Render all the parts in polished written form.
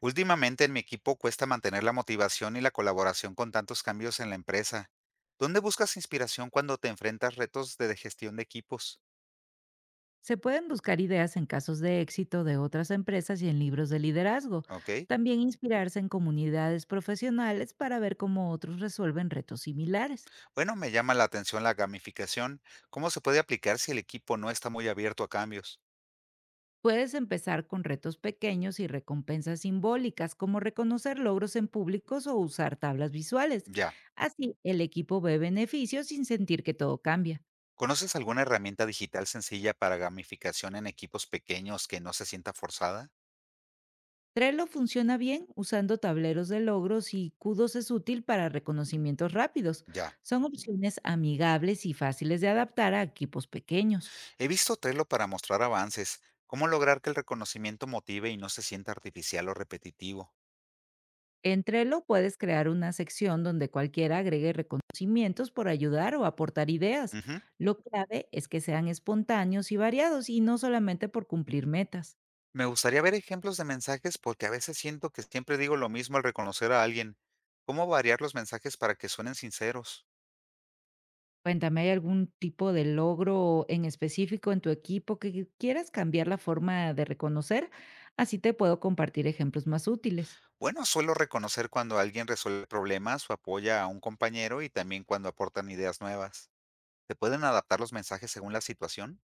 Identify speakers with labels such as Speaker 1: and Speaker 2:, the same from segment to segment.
Speaker 1: Últimamente en mi equipo cuesta mantener la motivación y la colaboración con tantos cambios en la empresa. ¿Dónde buscas inspiración cuando te enfrentas retos de gestión de equipos?
Speaker 2: Se pueden buscar ideas en casos de éxito de otras empresas y en libros de liderazgo.
Speaker 1: ¿Ok?
Speaker 2: También inspirarse en comunidades profesionales para ver cómo otros resuelven retos similares.
Speaker 1: Bueno, me llama la atención la gamificación. ¿Cómo se puede aplicar si el equipo no está muy abierto a cambios?
Speaker 2: Puedes empezar con retos pequeños y recompensas simbólicas, como reconocer logros en públicos o usar tablas visuales.
Speaker 1: Ya.
Speaker 2: Así, el equipo ve beneficios sin sentir que todo cambia.
Speaker 1: ¿Conoces alguna herramienta digital sencilla para gamificación en equipos pequeños que no se sienta forzada?
Speaker 2: Trello funciona bien usando tableros de logros y Q2 es útil para reconocimientos rápidos.
Speaker 1: Ya.
Speaker 2: Son opciones amigables y fáciles de adaptar a equipos pequeños.
Speaker 1: He visto Trello para mostrar avances. ¿Cómo lograr que el reconocimiento motive y no se sienta artificial o repetitivo?
Speaker 2: En Trello puedes crear una sección donde cualquiera agregue reconocimientos por ayudar o aportar ideas.
Speaker 1: Ujú.
Speaker 2: Lo clave es que sean espontáneos y variados, y no solamente por cumplir metas.
Speaker 1: Me gustaría ver ejemplos de mensajes porque a veces siento que siempre digo lo mismo al reconocer a alguien. ¿Cómo variar los mensajes para que suenen sinceros?
Speaker 2: Cuéntame, ¿hay algún tipo de logro en específico en tu equipo que quieras cambiar la forma de reconocer? Así te puedo compartir ejemplos más útiles.
Speaker 1: Bueno, suelo reconocer cuando alguien resuelve problemas o apoya a un compañero y también cuando aportan ideas nuevas. ¿Se pueden adaptar los mensajes según la situación?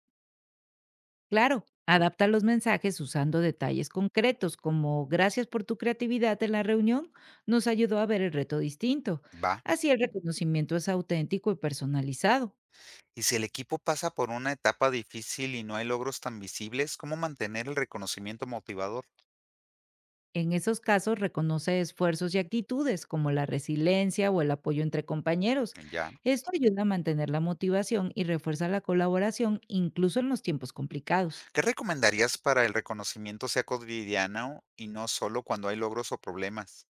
Speaker 2: Claro, adapta los mensajes usando detalles concretos, como gracias por tu creatividad en la reunión, nos ayudó a ver el reto distinto.
Speaker 1: Va.
Speaker 2: Así el reconocimiento es auténtico y personalizado.
Speaker 1: Y si el equipo pasa por una etapa difícil y no hay logros tan visibles, ¿cómo mantener el reconocimiento motivador?
Speaker 2: En esos casos, reconoce esfuerzos y actitudes como la resiliencia o el apoyo entre compañeros.
Speaker 1: Ya.
Speaker 2: Esto ayuda a mantener la motivación y refuerza la colaboración incluso en los tiempos complicados.
Speaker 1: ¿Qué recomendarías para el reconocimiento sea cotidiano y no solo cuando hay logros o problemas?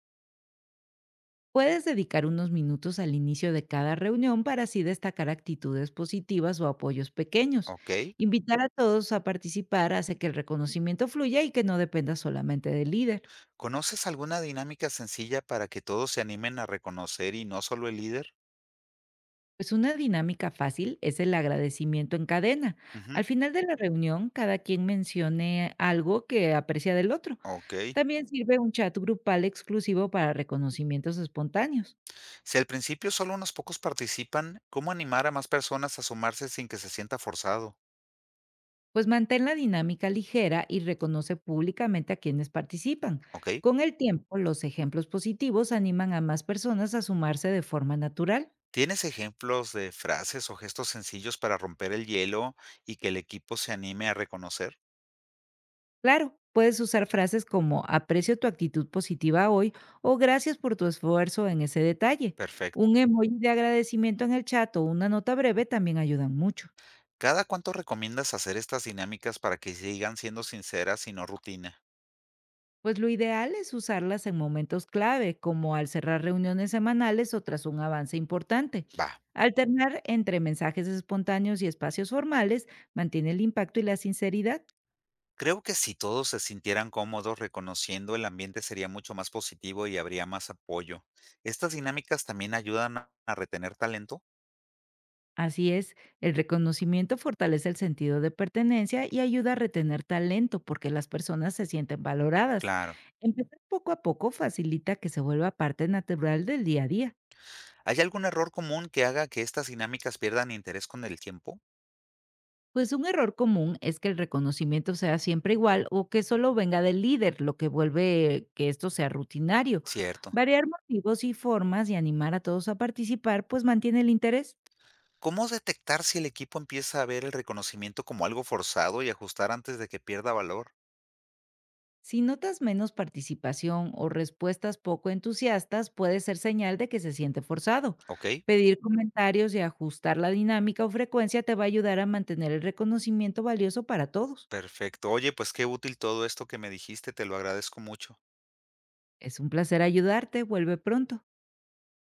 Speaker 2: Puedes dedicar unos minutos al inicio de cada reunión para así destacar actitudes positivas o apoyos pequeños.
Speaker 1: Ok.
Speaker 2: Invitar a todos a participar hace que el reconocimiento fluya y que no dependa solamente del líder.
Speaker 1: ¿Conoces alguna dinámica sencilla para que todos se animen a reconocer y no solo el líder?
Speaker 2: Pues una dinámica fácil es el agradecimiento en cadena. Al
Speaker 1: Ujú,
Speaker 2: final de la reunión, cada quien mencione algo que aprecia del otro.
Speaker 1: Ok.
Speaker 2: También sirve un chat grupal exclusivo para reconocimientos espontáneos.
Speaker 1: Si al principio solo unos pocos participan, ¿cómo animar a más personas a sumarse sin que se sienta forzado?
Speaker 2: Pues mantén la dinámica ligera y reconoce públicamente a quienes participan.
Speaker 1: Ok.
Speaker 2: Con el tiempo, los ejemplos positivos animan a más personas a sumarse de forma natural.
Speaker 1: ¿Tienes ejemplos de frases o gestos sencillos para romper el hielo y que el equipo se anime a reconocer?
Speaker 2: Claro, puedes usar frases como aprecio tu actitud positiva hoy o gracias por tu esfuerzo en ese detalle.
Speaker 1: Perfecto.
Speaker 2: Un emoji de agradecimiento en el chat o una nota breve también ayudan mucho.
Speaker 1: ¿Cada cuánto recomiendas hacer estas dinámicas para que sigan siendo sinceras y no rutina?
Speaker 2: Pues lo ideal es usarlas en momentos clave, como al cerrar reuniones semanales o tras un avance importante.
Speaker 1: Va.
Speaker 2: Alternar entre mensajes espontáneos y espacios formales mantiene el impacto y la sinceridad.
Speaker 1: Creo que si todos se sintieran cómodos reconociendo el ambiente sería mucho más positivo y habría más apoyo. ¿Estas dinámicas también ayudan a retener talento?
Speaker 2: Así es, el reconocimiento fortalece el sentido de pertenencia y ayuda a retener talento porque las personas se sienten valoradas.
Speaker 1: Claro.
Speaker 2: Empezar poco a poco facilita que se vuelva parte natural del día a día.
Speaker 1: ¿Hay algún error común que haga que estas dinámicas pierdan interés con el tiempo?
Speaker 2: Pues un error común es que el reconocimiento sea siempre igual o que solo venga del líder, lo que vuelve que esto sea rutinario.
Speaker 1: Cierto.
Speaker 2: Variar motivos y formas y animar a todos a participar pues mantiene el interés.
Speaker 1: ¿Cómo detectar si el equipo empieza a ver el reconocimiento como algo forzado y ajustar antes de que pierda valor?
Speaker 2: Si notas menos participación o respuestas poco entusiastas, puede ser señal de que se siente forzado.
Speaker 1: Ok,
Speaker 2: Pedir comentarios y ajustar la dinámica o frecuencia te va a ayudar a mantener el reconocimiento valioso para todos.
Speaker 1: perfecto. Oye, pues qué útil todo esto que me dijiste, te lo agradezco mucho.
Speaker 2: Es un placer ayudarte. Vuelve pronto.